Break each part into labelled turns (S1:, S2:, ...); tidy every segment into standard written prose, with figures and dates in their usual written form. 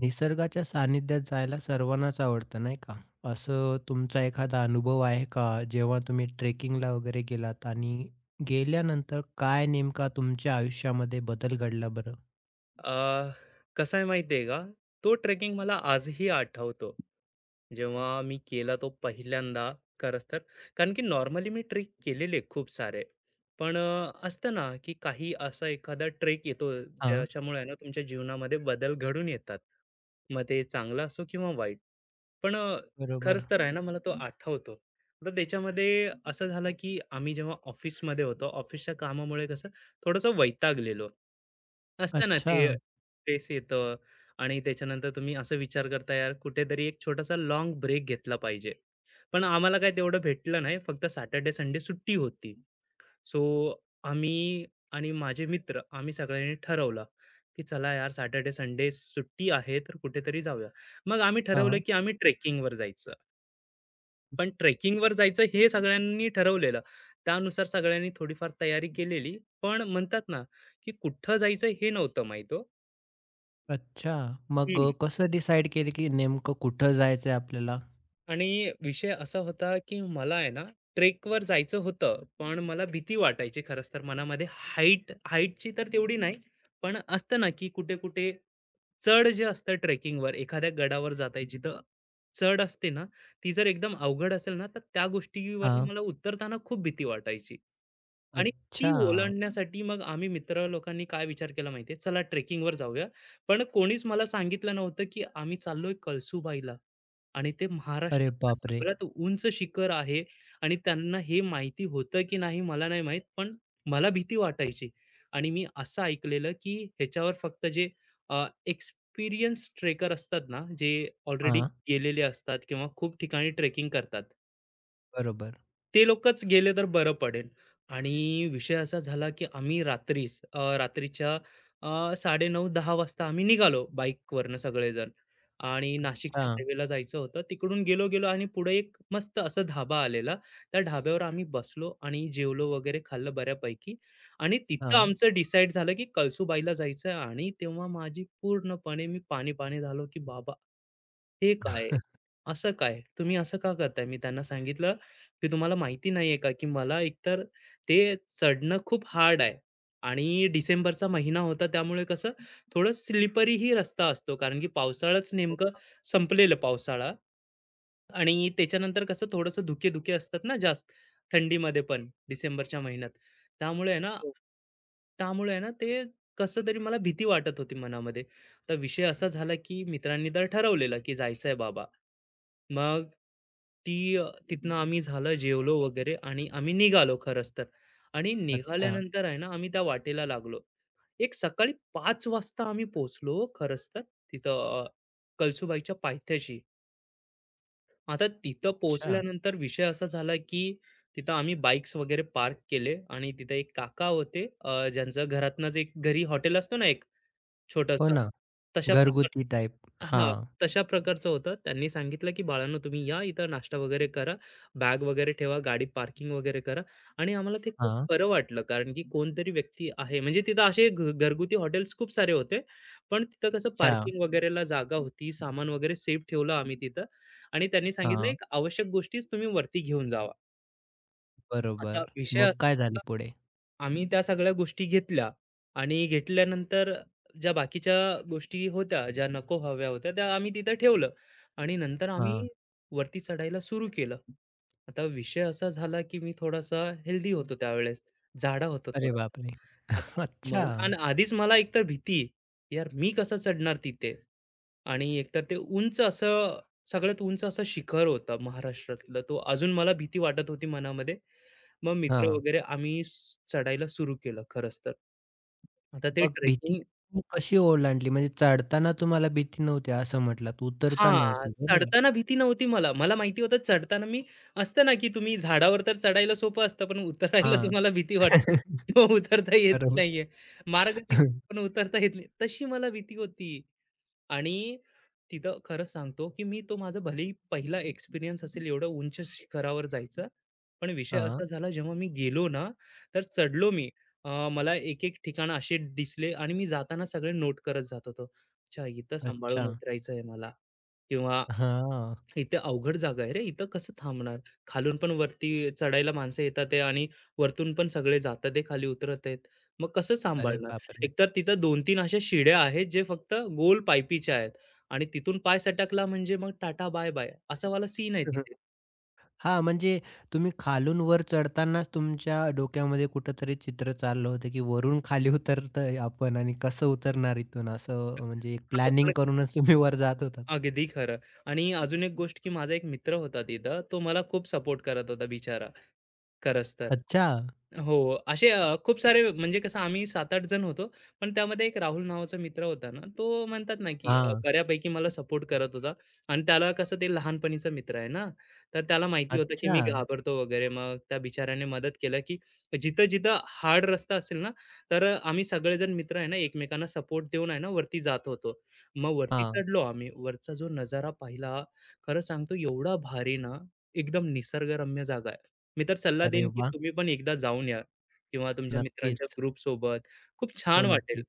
S1: निसर्गाच्या सानिध्यात जायला सर्वांनाच आवडतं नाही का? असं तुमचा एखादा अनुभव आहे का? जेव्हा तुम्ही ट्रेकिंगला वगैरे गेलात आणि गेल्यानंतर काय नेमका तुमच्या आयुष्यामध्ये बदल घडला बरं?
S2: अ, कसं आहे माहिती आहे का? तो ट्रेकिंग मला आजही आठवतो. जेव्हा मी केला तो पहिल्यांदा खरंच तर. कारण की नॉर्मली मी ट्रेक केलेले खूप सारे. पण असतं ना, की काही असा एखादा ट्रेक येतो
S1: हां,
S2: ज्याच्यामुळे ना तुमच्या जीवनामध्ये बदल घडून येतात. मग ते चांगला असो किंवा वाईट. पण
S1: बरोबर.
S2: खरंच तर आहे ना मला तो आठवतो. तर त्याच्यामध्ये असं झालं, की आम्ही जेव्हा ऑफिसमध्ये होतो, ऑफिसच्या कामामुळे कसं थोडंसं वैतागलेलो. असतं ना
S1: अच्छा.
S2: ते स्ट्रेस येतं आणि त्याच्यानंतर तुम्ही असं विचार करता यार कुठेतरी एक छोटासा लॉंग ब्रेक घेतला पाहिजे. पण आम्हाला काय तेवढं भेटलं नाही. फक्त सॅटर्डे, संडे सुट्टी होती. सो आम्ही आणि माझे मित्र आम्ही सगळ्यांनी ठरवलं, की चला यार सॅटर्डे, संडे सुट्टी आहे तर कुठेतरी जाऊया. मग आम्ही ठरवलं,
S1: हां.
S2: की आम्ही ट्रेकिंगवर जायचं. पण ट्रेकिंगवर जायचं हे सगळ्यांनी ठरवलेलं. त्यानुसार सगळ्यांनी थोडीफार तयारी केलेली. पण म्हणतात ना, की कुठं जायचं हे नव्हतं माहीत हो.
S1: अच्छा. मग कसं डिसाईड केलं की नेमकं कुठं जायचंय आपल्याला?
S2: आणि विषय असा होता, की मला आहे ना ट्रेकवर जायचं होतं, पण मला भीती वाटायची खरंच तर मनामध्ये. हाईटची तर तेवढी नाही, पण असतं ना, की कुठे-कुठे चढ जे असतं ट्रेकिंगवर, एखाद्या गडावर जात आहे जिथं चढ असते ना, ती जर एकदम अवघड असेल ना, तर त्या गोष्टीवर
S1: हां.
S2: मला उतरताना खूप भीती वाटायची. आणि ती
S1: अच्छा.
S2: ओलांडण्यासाठी मग आम्ही मित्र लोकांनी काय विचार केला माहिती चला ट्रेकिंगवर जाऊया. पण कोणीच मला सांगितलं नव्हतं, की आम्ही चाललोय कळसूबाईला. आणि ते
S1: अरे
S2: महाराष्ट्रातलं
S1: बापरे!
S2: सगळ्यात उंच शिखर आहे आणि त्यांना हे माहिती होतं की नाही मला नाही माहीत, पण मला भीती वाटायची. आणि मी असं ऐकलेलं की ह्याच्यावर फक्त जे एक्सपिरियन्स ट्रेकर असतात ना, जे ऑलरेडी
S1: हां,
S2: गेलेले असतात किंवा खूप ठिकाणी ट्रेकिंग करतात.
S1: बरोबर.
S2: ते लोकच गेले तर बरं पडेल. आणि विषय असा झाला, की आम्ही रात्रीस रात्रीच्या अ, 9:30-10:00 वाजता आम्ही निघालो बाईकवरनं सगळेजण आणि नाशिकच्या
S1: हां,
S2: हायवेला जायचं होतं. तिकडून गेलो-गेलो आणि पुढे एक मस्त असा धाबा आलेला. त्या ढाब्यावर आम्ही बसलो आणि जेवलो वगैरे खाल्लं बऱ्यापैकी आणि तिथं
S1: हां.
S2: आमचं डिसाईड झालं, की कळसूबाईला जायचं आणि तेव्हा माझी पूर्णपणे मी पाणी-पाणी झालो, की बाबा हे काय? असं काय? तुम्ही असं का करताय? मी त्यांना सांगितलं, की "तुम्हाला माहिती नाहीये का, की मला एकतर ते चढणं खूप हार्ड आहे आणि डिसेंबरचा महिना होता त्यामुळे कसं थोडं स्लिपरीही रस्ता असतो कारण की पावसाळाच नेमकं संपलेलं पावसाळा आणि त्याच्यानंतर कसं थोडंसं धुके-धुके असतात ना जास्त थंडीमध्ये पण डिसेंबरच्या महिन्यात. त्यामुळे आहे ना
S1: ओके.
S2: त्यामुळे आहे ना ते कसं तरी मला भीती वाटत होती मनामध्ये. तर विषय असा झाला की मित्रांनी तर ठरवलेलं की जायचंय बाबा. मग ती तिथनं आम्ही झालं जेवलो वगैरे आणि आम्ही निघालो खरंच तर. आणि
S1: अच्छा,
S2: निघाल्यानंतर आहे ना आम्ही त्या वाटेला लागलो. एक सकाळी 5 वाजता आम्ही पोहोचलो हो खरंच तर तिथं कळसूबाईच्या पायथ्याशी. आता तिथं
S1: अच्छा.
S2: पोहोचल्यानंतर विषय असा झाला की तिथं आम्ही बाईक्स वगैरे पार्क केले आणि तिथं एक काका होते ज्यांचं घरातनंच एक घरी हॉटेल असतो ना
S1: हो
S2: छोटंसं.
S1: ना.
S2: तशा
S1: घरगुती
S2: प्रकारचं
S1: टाइप.
S2: हां,
S1: हां,
S2: तशा प्रकारचं होतं. त्यांनी सांगितलं, की "बाळांनो तुम्ही या इथं नाश्ता वगैरे करा, बॅग वगैरे ठेवा, गाडी पार्किंग वगैरे करा." आणि आम्हाला ते खूप
S1: हां.
S2: बरं वाटलं, कारण की कोणतरी व्यक्ती आहे. म्हणजे तिथं असे घरगुती हॉटेल्स खूप सारे होते. पण तिथं कसं
S1: अच्छा.
S2: पार्किंग वगैरेला जागा होती, सामान वगैरे सेफ ठेवलं आम्ही तिथं. आणि त्यांनी सांगितलं,
S1: हां,
S2: "एक आवश्यक गोष्टीच तुम्ही वरती घेऊन जावा." आता
S1: बरोबर.
S2: विषय
S1: मग
S2: असाच
S1: काय झाले
S2: होता,
S1: पुढे?
S2: आम्ही त्या सगळ्या गोष्टी घेतल्या आणि घेतल्यानंतर ज्या बाकीच्या गोष्टी होत्या, ज्या नको हव्या होत्या, त्या आम्ही तिथं ठेवलं आणि नंतर आम्ही
S1: हां.
S2: वरती चढायला सुरू केलं. आता विषय असा झाला, की मी थोडासा हेल्दी होतो त्यावेळेस, जाडा होतो
S1: अरे
S2: थोडासा.
S1: बापरे!
S2: आता
S1: अच्छा.
S2: मला आणि आधीच मला एकतर भीती, यार मी कसा चढणार तिथे? आणि एकतर ते उंच असं सगळ्यात उंच असं शिखर होतं महाराष्ट्रातलं. तो अजून मला भीती वाटत होती मनामध्ये मग मित्र
S1: हां.
S2: वगैरे आम्ही चढायला सुरू केलं खरंच तर आता ते
S1: मग भीती
S2: ट्रेकिंग
S1: तुम्ही कशी ओलांडली? म्हणजे चढताना तुम्हाला भीती नव्हती असं म्हटलात,
S2: हा
S1: उतरताना होती बरोबर?
S2: चढताना भीती नव्हती मला मला माहिती होतं चढताना मी असतं ना की तुम्ही झाडावर तर चढायला सोपं असतं पण उतरायला
S1: हां.
S2: तुम्हाला भीती वाटते उतरता येत
S1: बरोबर.
S2: नाहीये मार्ग दिसतो पण उतरता येत नाही तशी मला भीती होती आणि तिथं खरं सांगतो, की मी तो माझा भलेही पहिला एक्सपिरियन्स असेल एवढं उंच शिखरावर जायचा. पण विषय असा
S1: हां.
S2: झाला जेव्हा मी गेलो ना, तर चढलो मी. मला एक-एक ठिकाणं असे दिसले आणि मी जाताना सगळे नोट करत जात होतो. अच्छा, इथं
S1: अच्छा.
S2: सांभाळून उतरायचं आहे मला किंवा
S1: हां.
S2: इथे अवघड जागा आहे रे, इथं कसं थांबणार? खालून पण वरती चढायला माणसं येतात आहे आणि वरतून पण सगळे जातात आहे, खाली उतरत आहेत. मग कसं
S1: अरे
S2: सांभाळणार?
S1: बापरे!
S2: एकतर तिथं 2-3 अशा शिड्या आहेत, जे फक्त गोल पायपीच्या आहेत आणि तिथून पाय सटकला म्हणजे मग टाटा बाय-बाय वाला सीन आहे तिथे.
S1: हां, म्हणजे तुम्ही खालून वर चढतानाच तुमच्या डोक्यामध्ये कुठेतरी चित्र चाललं होतं, की वरून खाली उतरतोय आपण आणि कसं उतरणार इथून असं म्हणजे एक
S2: आपण
S1: प्लॅनिंग करूनच तुम्ही वर जात होतात.
S2: अगदी खरं आणि अजून एक गोष्ट, की माझा एक मित्र होता तिथं, तो मला खूप सपोर्ट करत होता बिचारा. खरंच तर.
S1: अच्छा.
S2: हो, असे खूप सारे म्हणजे कसं आम्ही 7-8 जण होतो. पण त्यामध्ये एक राहुल नावाचा मित्र होता ना, तो म्हणतात ना, की
S1: हां.
S2: बऱ्यापैकी मला सपोर्ट करत होता आणि त्याला कसं ते लहानपणीचा मित्र आहे ना, तर त्याला माहिती होतं, की
S1: अच्छा.
S2: मी घाबरतो वगैरे. मग त्या बिचाऱ्याने मदत केलं, की जिथं-जिथं हार्ड रस्ता असेल ना, तर आम्ही सगळेजण मित्र आहे ना, एकमेकांना सपोर्ट देऊन आहे ना, वरती जात होतो. मग वरती
S1: हां.
S2: चढलो आम्ही. वरचा जो नजारा पाहिला, खरं सांगतो एवढा भारी ना, एकदम निसर्गरम्य जागा आहे. मी तर सल्ला
S1: अरे
S2: देईन, की
S1: वाह!
S2: तुम्ही पण एकदा जाऊन या किंवा तुमच्या मित्रांच्या
S1: नक्कीच.
S2: ग्रुप सोबत खूप छान
S1: हो,
S2: वाटेल.
S1: नक्कीच.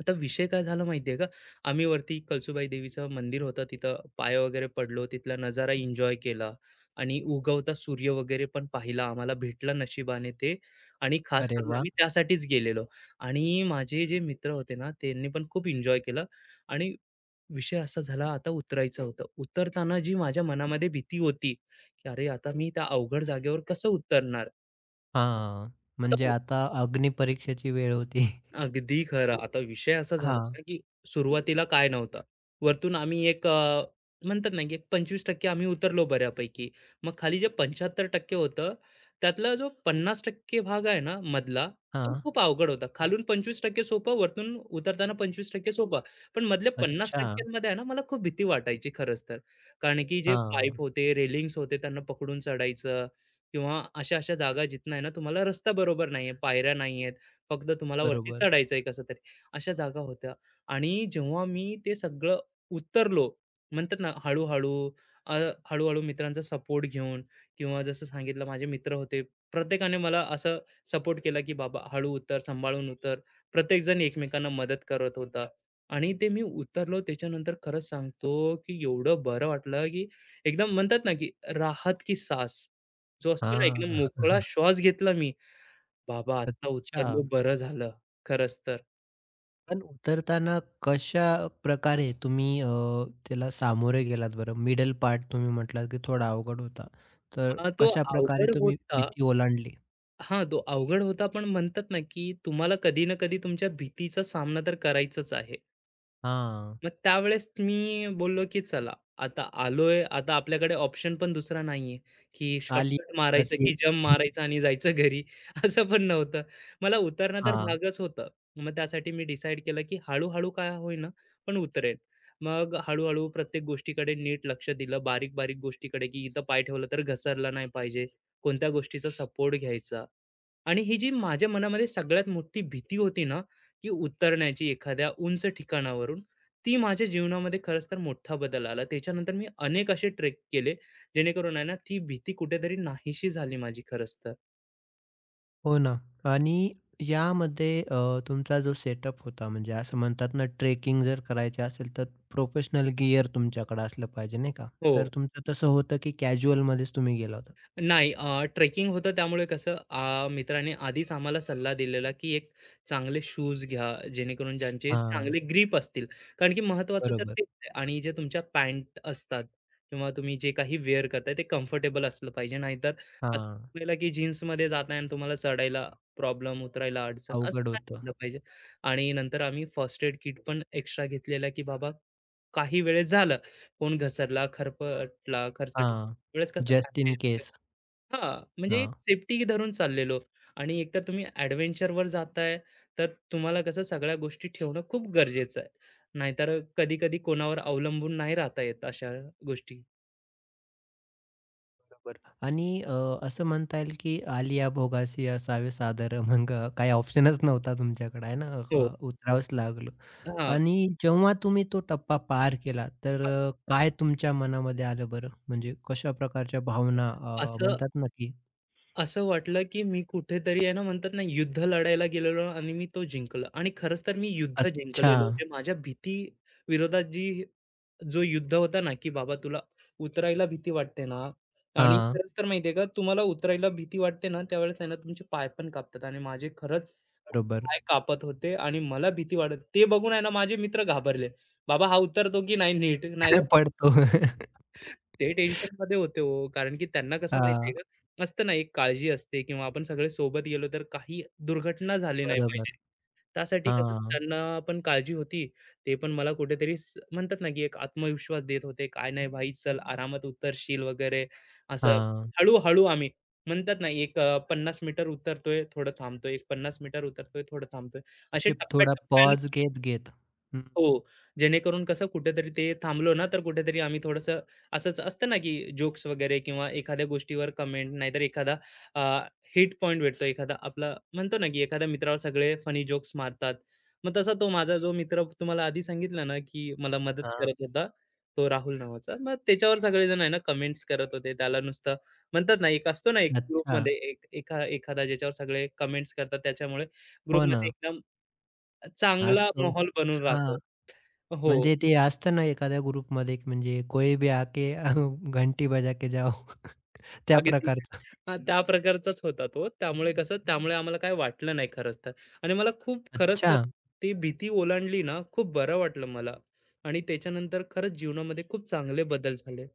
S2: आता विषय काय झाला माहिती आहे का? आम्ही वरती कळसुबाई देवीचं मंदिर होतं, तिथं पाया वगैरे पडलो, तिथला नजारा एन्जॉय केला आणि उगवता सूर्य वगैरे पण पाहिला. आम्हाला भेटला नशिबाने ते आणि खास
S1: अरे
S2: करून
S1: वाह!
S2: आम्ही त्यासाठीच गेलेलो आणि माझे जे मित्र होते ना, त्यांनी पण खूप एन्जॉय केलं आणि विषय असा झाला आता उतरायचं होतं. उतरताना जी माझ्या मनामध्ये भीती होती, की अरे आता मी त्या अवघड जागेवर कसं उतरणार?
S1: हां.
S2: आता
S1: म्हणजे आता अग्निपरीक्षेची वेळ होती.
S2: अगदी खरं. आता विषय असा झाला
S1: हां.
S2: ना, की सुरुवातीला काय नव्हतं. वरतून आम्ही एक म्हणतात ना, की एक 25% आम्ही उतरलो बऱ्यापैकी. मग खाली जे 75% होतं, त्यातला जो 50% भाग आहे ना मधला, तो
S1: हां.
S2: खूप अवघड होता. खालून 25% सोपं, वरतून उतरताना 25% सोपं. पण मधल्या
S1: अच्छा.
S2: 50% मध्ये आहे ना, मला खूप भीती वाटायची खरंच तर. कारण की जे
S1: हां.
S2: पाईप होते, रेलिंग्स होते, त्यांना पकडून चढायचं किंवा अशा-अशा जागा जिथनं आहे ना, तुम्हाला रस्ता बरोबर नाहीये, पायऱ्या नाहीयेत. फक्त तुम्हाला वरती
S1: बरोबर.
S2: चढायचं आहे कसं तरी. अशा जागा होत्या आणि जेव्हा मी ते सगळं उतरलो, म्हणतात ना हळू-हळू अ, हळू-हळू मित्रांचा सपोर्ट घेऊन किंवा जसं सांगितलं माझे मित्र होते. प्रत्येकाने मला असं सपोर्ट केला, की "बाबा हळू उतर, सांभाळून उतर." प्रत्येकजण एकमेकांना मदत करत होता आणि ते मी उतरलो त्याच्यानंतर खरंच सांगतो, की एवढं बरं वाटलं, की एकदम म्हणतात ना, की राहत की सास जो असतो ना, एकदम
S1: हां.
S2: मोकळा श्वास घेतला मी बाबा आता
S1: अच्छा.
S2: उत्तरलो बरं झालं. खरंच तर.
S1: पण उतरताना कशा प्रकारे तुम्ही त्याला सामोरे गेलात बरं? मिडल पार्ट तुम्ही म्हटलात, की थोडा अवघड होता. तर
S2: तो
S1: कशा प्रकारे
S2: अवघड
S1: तुम्ही
S2: होता.
S1: भीती ओलांडली?
S2: हां, तो अवघड होता पण म्हणतात ना, की तुम्हाला कधी ना कधी तुमच्या भीतीचा सामना तर करायचाच आहे.
S1: हां.
S2: मग त्यावेळेस मी बोललो, की चला आता आलोय, आता आपल्याकडे ऑप्शन पण दुसरा नाहीये, की
S1: आली
S2: शॉर्टकट मारायचं,
S1: अशी
S2: की जंप मारायचा आणि जायचं घरी असं पण नव्हतं. मला उतरणं तर
S1: हां.
S2: भागच होतं. मग त्यासाठी मी डिसाईड केलं, की हळू-हळू काय होईना पण उतरेन. मग हळू प्रत्येक गोष्टीकडे नीट लक्ष दिलं, बारीक-बारीक गोष्टीकडे, की इथं पाय ठेवला तर घसरला नाही पाहिजे, कोणत्या गोष्टीचा सपोर्ट घ्यायचा. आणि ही जी माझ्या मनामध्ये सगळ्यात मोठी भीती होती ना, की उतरण्याची एखाद्या उंच ठिकाणावरून, ती माझ्या जीवनामध्ये खरंच तर मोठा बदल आला. त्याच्यानंतर मी अनेक असे ट्रेक केले, जेणेकरून आहे ना, ती भीती कुठेतरी नाहीशी झाली माझी खरंच तर.
S1: हो ना. आणि यामध्ये तुमचा जो सेटअप होता म्हणजे असं म्हणतात ना ट्रेकिंग जर करायची असेल तर प्रोफेशनल गिअर तुमच्याकडे असलं पाहिजे नाही का? तर
S2: हो.
S1: तुमचं तसं होतं, की कॅज्युअलमध्येच तुम्ही गेला होतात?
S2: नाही ट्रेकिंग होतं त्यामुळे कसं मित्राने आधीच आम्हाला सल्ला दिलेला की एक चांगले शूज घ्या जेणेकरून ज्यांचे
S1: हां.
S2: चांगले ग्रीप असतील कारण की महत्वाचं तर
S1: बरोबर.
S2: तेच आहे आणि जे तुमच्या पॅन्ट असतात किंवा तुम्ही जे काही वेअर करताय ते कम्फर्टेबल असलं पाहिजे नाहीतर असं
S1: हां.
S2: आपल्याला की जीन्समध्ये जाताय आणि तुम्हाला चढायला प्रॉब्लेम उतरायला अडचण असं
S1: अवघड
S2: नाही
S1: होतं.
S2: झालं पाहिजे आणि नंतर आम्ही फर्स्ट एड किट पण एक्स्ट्रा घेतलेला की बाबा काही वेळेस झालं कोण घसरला खरपटला खरचटला
S1: हां,
S2: वेळेस कसं
S1: जस्ट इन केस.
S2: हां, म्हणजे एक
S1: हां,
S2: सेफ्टी धरून चाललेलो आणि एकतर तुम्ही ॲडव्हेंचरवर जाताय, तर तुम्हाला कसं सगळ्या गोष्टी ठेवणं खूप गरजेचं आहे. नाहीतर कधी-कधी कोणावर अवलंबून नाही राहता येत अशा गोष्टी.
S1: बरोबर आणि असं म्हणता येईल की आलिया भोगासी असावे सादर मग काही ऑप्शनच नव्हता तुमच्याकडे आहे ना?
S2: हो.
S1: उतरावंच लागलं
S2: हां,
S1: आणि जेव्हा तुम्ही तो टप्पा पार केला, तर
S2: अ,
S1: काय तुमच्या मनामध्ये आलं बरं? म्हणजे कशा प्रकारच्या भावना
S2: असं
S1: म्हणतात ना की
S2: असं वाटलं, की मी कुठेतरी आहे ना म्हणतात ना युद्ध लढायला गेलेलो आणि मी तो जिंकलं आणि खरंच तर मी युद्ध
S1: अच्छा.
S2: जिंकलेलो. जे माझ्या भीती विरोधात जो युद्ध होता ना, की बाबा तुला उतरायला भीती वाटते ना आणि
S1: हां,
S2: खरंच तर माहिती आहे का, तुम्हाला उतरायला भीती वाटते ना, त्यावेळेस आहे ना तुमचे पाय पण कापतात आणि माझे खरंच खूप
S1: बरोबर.
S2: पाय कापत होते आणि मला भीती वाटत ते बघून आहे ना माझे मित्र घाबरले. बाबा हा उतरतो की नाही नीट? नाही
S1: पडतो.
S2: ते टेन्शनमध्ये होते हो, कारण की त्यांना कसं माहिती
S1: हां,
S2: का, असतं ना एक काळजी असते किंवा आपण सगळे सोबत गेलो तर काही दुर्घटना झाली नाही
S1: बरोबर.
S2: पाहिजे. त्यासाठी कसं
S1: हां,
S2: त्यांना पण काळजी होती. ते पण मला कुठेतरी म्हणतात ना, की एक आत्मविश्वास देत होते. "काय नाही भाई, चल आरामात उतरशील वगैरे." असं
S1: हां.
S2: हळू आम्ही म्हणतात ना, एक 50 मीटर उतरतोय, थोडं थांबतोय, एक 50 मीटर उतरतोय, थोडं थांबतोय. असे
S1: म्हणजे
S2: टप्प्या
S1: थोडा पॉज घेत, घेत. हं.
S2: हो. जेणेकरून कसं कुठेतरी ते थांबलो ना, तर कुठेतरी आम्ही थोडंसं असंच असतं ना, की जोक्स वगैरे किंवा एखाद्या गोष्टीवर कमेंट नाहीतर एखादा अ, हिट पॉइंट भेटतो. एखादा आपला म्हणतो ना, की एखाद्या मित्रावर सगळे फनी जोक्स मारतात. मग तसा तो माझा जो मित्र तुम्हाला आधी सांगितला ना, की मला मदत करत होता, तो राहुल नावाचा. मग त्याच्यावर सगळेजण आहे ना, कमेंट्स करत होते. त्याला नुसतं म्हणतात ना, एक असतो ना, एक
S1: अच्छा.
S2: ग्रुपमध्ये एक एखादा ज्याच्यावर सगळे कमेंट्स करतात. त्याच्यामुळे
S1: हो ना.
S2: ग्रुपमध्ये एकदम
S1: आज
S2: चांगला
S1: तो
S2: माहोल बनून राहतो.
S1: हां,
S2: हो,
S1: म्हणजे ते असतं ना एखाद्या ग्रुपमध्ये की म्हणजे कोई भी आके घंटी बजा के जाओ त्या
S2: अगदी
S1: प्रकारचं.
S2: हां, त्या प्रकारचाच होता तो. त्यामुळे आम्हाला काय वाटलं नाही खरंच तर आणि मला खूप खरंच
S1: अच्छा.
S2: तर ती भीती ओलांडली ना, खूप बरं वाटलं मला आणि त्याच्यानंतर खरंच जीवनामध्ये खूप चांगले बदल झाले.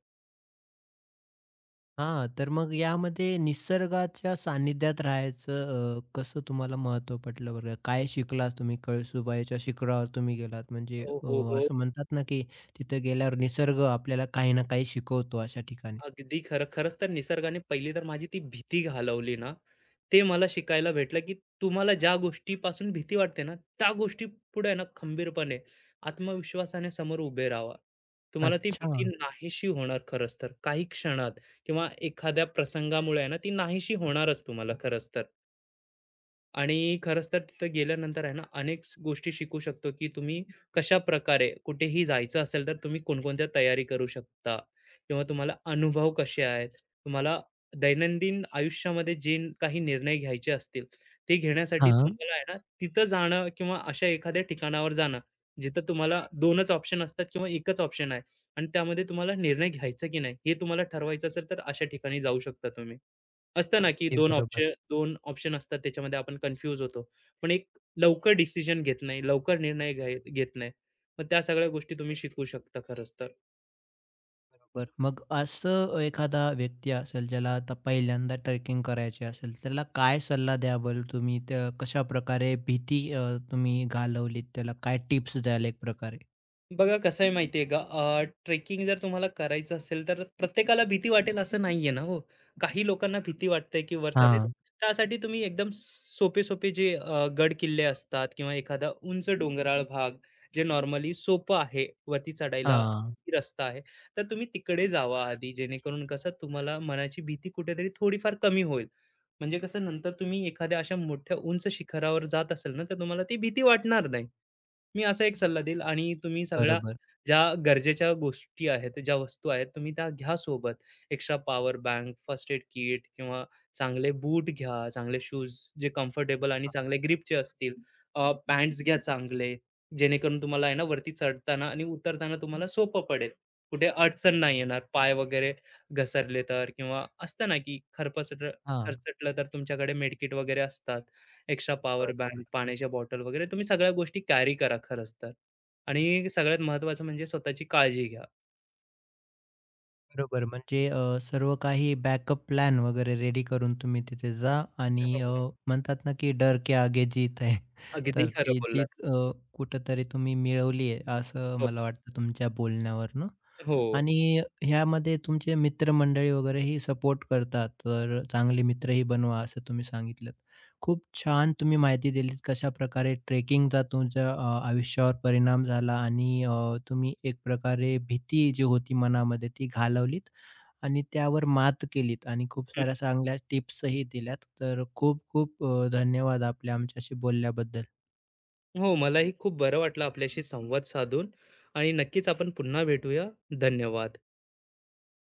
S1: हां, तर मग यामध्ये निसर्गाच्या सानिध्यात राहायचं कसं तुम्हाला महत्त्व पटलं बरं? काय शिकलात तुम्ही? कळसुबाईच्या शिखरावर तुम्ही गेलात म्हणजे
S2: हो, हो, हो.
S1: असं म्हणतात ना की तिथे गेल्यावर निसर्ग आपल्याला काही ना काही शिकवतो अशा ठिकाणी.
S2: अगदी खरं. खरंच तर निसर्गाने पहिली तर माझी ती भीती घालवली ना, ते मला शिकायला भेटलं, की तुम्हाला ज्या गोष्टीपासून भीती वाटते ना, त्या गोष्टी पुढे ना खंबीरपणे, आत्मविश्वासाने समोर उभे राहावा. तुम्हाला ती
S1: अच्छा.
S2: भीती नाहीशी होणार खरंच तर. काही क्षणात किंवा एखाद्या प्रसंगामुळे आहे ना, ती नाहीशी होणारच तुम्हाला खरंच तर. आणि खरंच तर तिथं गेल्यानंतर आहे ना, अनेक गोष्टी शिकू शकतो, की तुम्ही कशाप्रकारे कुठेही जायचं असेल, तर तुम्ही कोणकोणत्या तयारी करू शकता किंवा तुम्हाला अनुभव कसे आहेत, तुम्हाला दैनंदिन आयुष्यामध्ये जे काही निर्णय घ्यायचे असतील, ते घेण्यासाठी
S1: हां,
S2: तुम्हाला आहे ना, तिथं जाणं किंवा अशा एखाद्या ठिकाणावर जाणं, जिथं तुम्हाला 2च ऑप्शन असतात किंवा 1च ऑप्शन आहे आणि त्यामध्ये तुम्हाला निर्णय घ्यायचा की नाही, हे तुम्हाला ठरवायचं असेल, तर अशा ठिकाणी जाऊ शकता तुम्ही. असतं ना, की
S1: ते
S2: दोन
S1: बरोबर.
S2: ऑप्शन 2 ऑप्शन असतात त्याच्यामध्ये आपण कन्फ्यूज होतो. पण एक लवकर डिसिजन घेत नाही, लवकर निर्णय घेत नाही. मग त्या सगळ्या गोष्टी तुम्ही शिकू शकता खरंच तर.
S1: बरं. मग असं एखादा व्यक्ती असेल ज्याला आता पहिल्यांदा ट्रेकिंग करायची असेल, त्याला काय सल्ला द्याल तुम्ही? त्या कशाप्रकारे भीती तुम्ही घालवलीत? त्याला काय टिप्स द्याल एक प्रकारे?
S2: बघा कसं आहे माहिती का ट्रेकिंग जर तुम्हाला करायचं असेल तर प्रत्येकाला भीती वाटेल असं नाहीये ना हो. काही लोकांना भीती वाटते की वर चढायचं.
S1: हां,
S2: त्यासाठी तुम्ही एकदम सोपे सोपे जे गड किल्ले असतात किंवा एखादा उंच डोंगराळ भाग जे नॉर्मली सोपं आहे वरती चढायला
S1: हां.
S2: रस्ता आहे तर तुम्ही तिकडे जावा आधी जेणेकरून कसं तुम्हाला मनाची भीती कुठेतरी थोडीफार कमी होईल. म्हणजे कसं नंतर तुम्ही एखाद्या अशा मोठ्या उंच शिखरावर जात असेल ना तर तुम्हाला ती भीती वाटणार नाही. मी असा एक सल्ला देईल आणि तुम्ही सगळ्या
S1: बरोबर.
S2: ज्या गरजेच्या गोष्टी आहेत, ज्या वस्तू आहेत, तुम्ही त्या घ्या सोबत. Extra power bank, first aid kit किंवा चांगले बूट घ्या, चांगले शूज जे कम्फर्टेबल आणि चांगले ग्रिपचे असतील. पॅन्ट्स घ्या चांगले, जेणेकरून तुम्हाला आहे ना वरती चढताना आणि उतरताना तुम्हाला सोपं पडेल. कुठे अडचण नाही येणार. पाय वगैरे घसरले तर किंवा असतं ना, की खरपसट
S1: हां.
S2: खरचटलं तर तुमच्याकडे मेडकिट वगैरे असतात. एक्स्ट्रा पॉवर
S1: बरोबर,
S2: बँक, पाण्याच्या बॉटल वगैरे तुम्ही सगळ्या गोष्टी कॅरी करा खरंच तर. आणि सगळ्यात महत्त्वाचं म्हणजे स्वतःची काळजी घ्या.
S1: बरोबर. म्हणजे सर्व काही बॅकअप प्लॅन वगैरे रेडी करून तुम्ही तिथे जा आणि
S2: हो ना.
S1: म्हणतात ना, की डर के आगे जीत है.
S2: अगदी
S1: तर
S2: खरं
S1: ती
S2: बोललात.
S1: जीत कुठेतरी तुम्ही मिळवली आहे, असं
S2: हो,
S1: मला वाटतं तुमच्या बोलण्यावरनं.
S2: हो.
S1: आणि ह्यामध्ये तुमचे मित्रमंडळी वगैरेही सपोर्ट करतात, तर चांगले मित्रही बनवा असं तुम्ही सांगितलंत. खूप छान तुम्ही माहिती दिलीत कशाप्रकारे ट्रेकिंगचा तुमच्या आयुष्यावर परिणाम झाला आणि तुम्ही एक प्रकारे भीती जी होती मनामध्ये ती घालवलीत आणि त्यावर मात केलीत आणि खूप
S2: हं.
S1: साऱ्या चांगल्या टिप्सही दिल्यात. तर खूप खूप धन्यवाद आपल्या आमच्याशी बोलल्याबद्दल.
S2: हो, मलाही खूप बरं वाटलं आपल्याशी संवाद साधून आणि नक्कीच आपण पुन्हा भेटूया. धन्यवाद.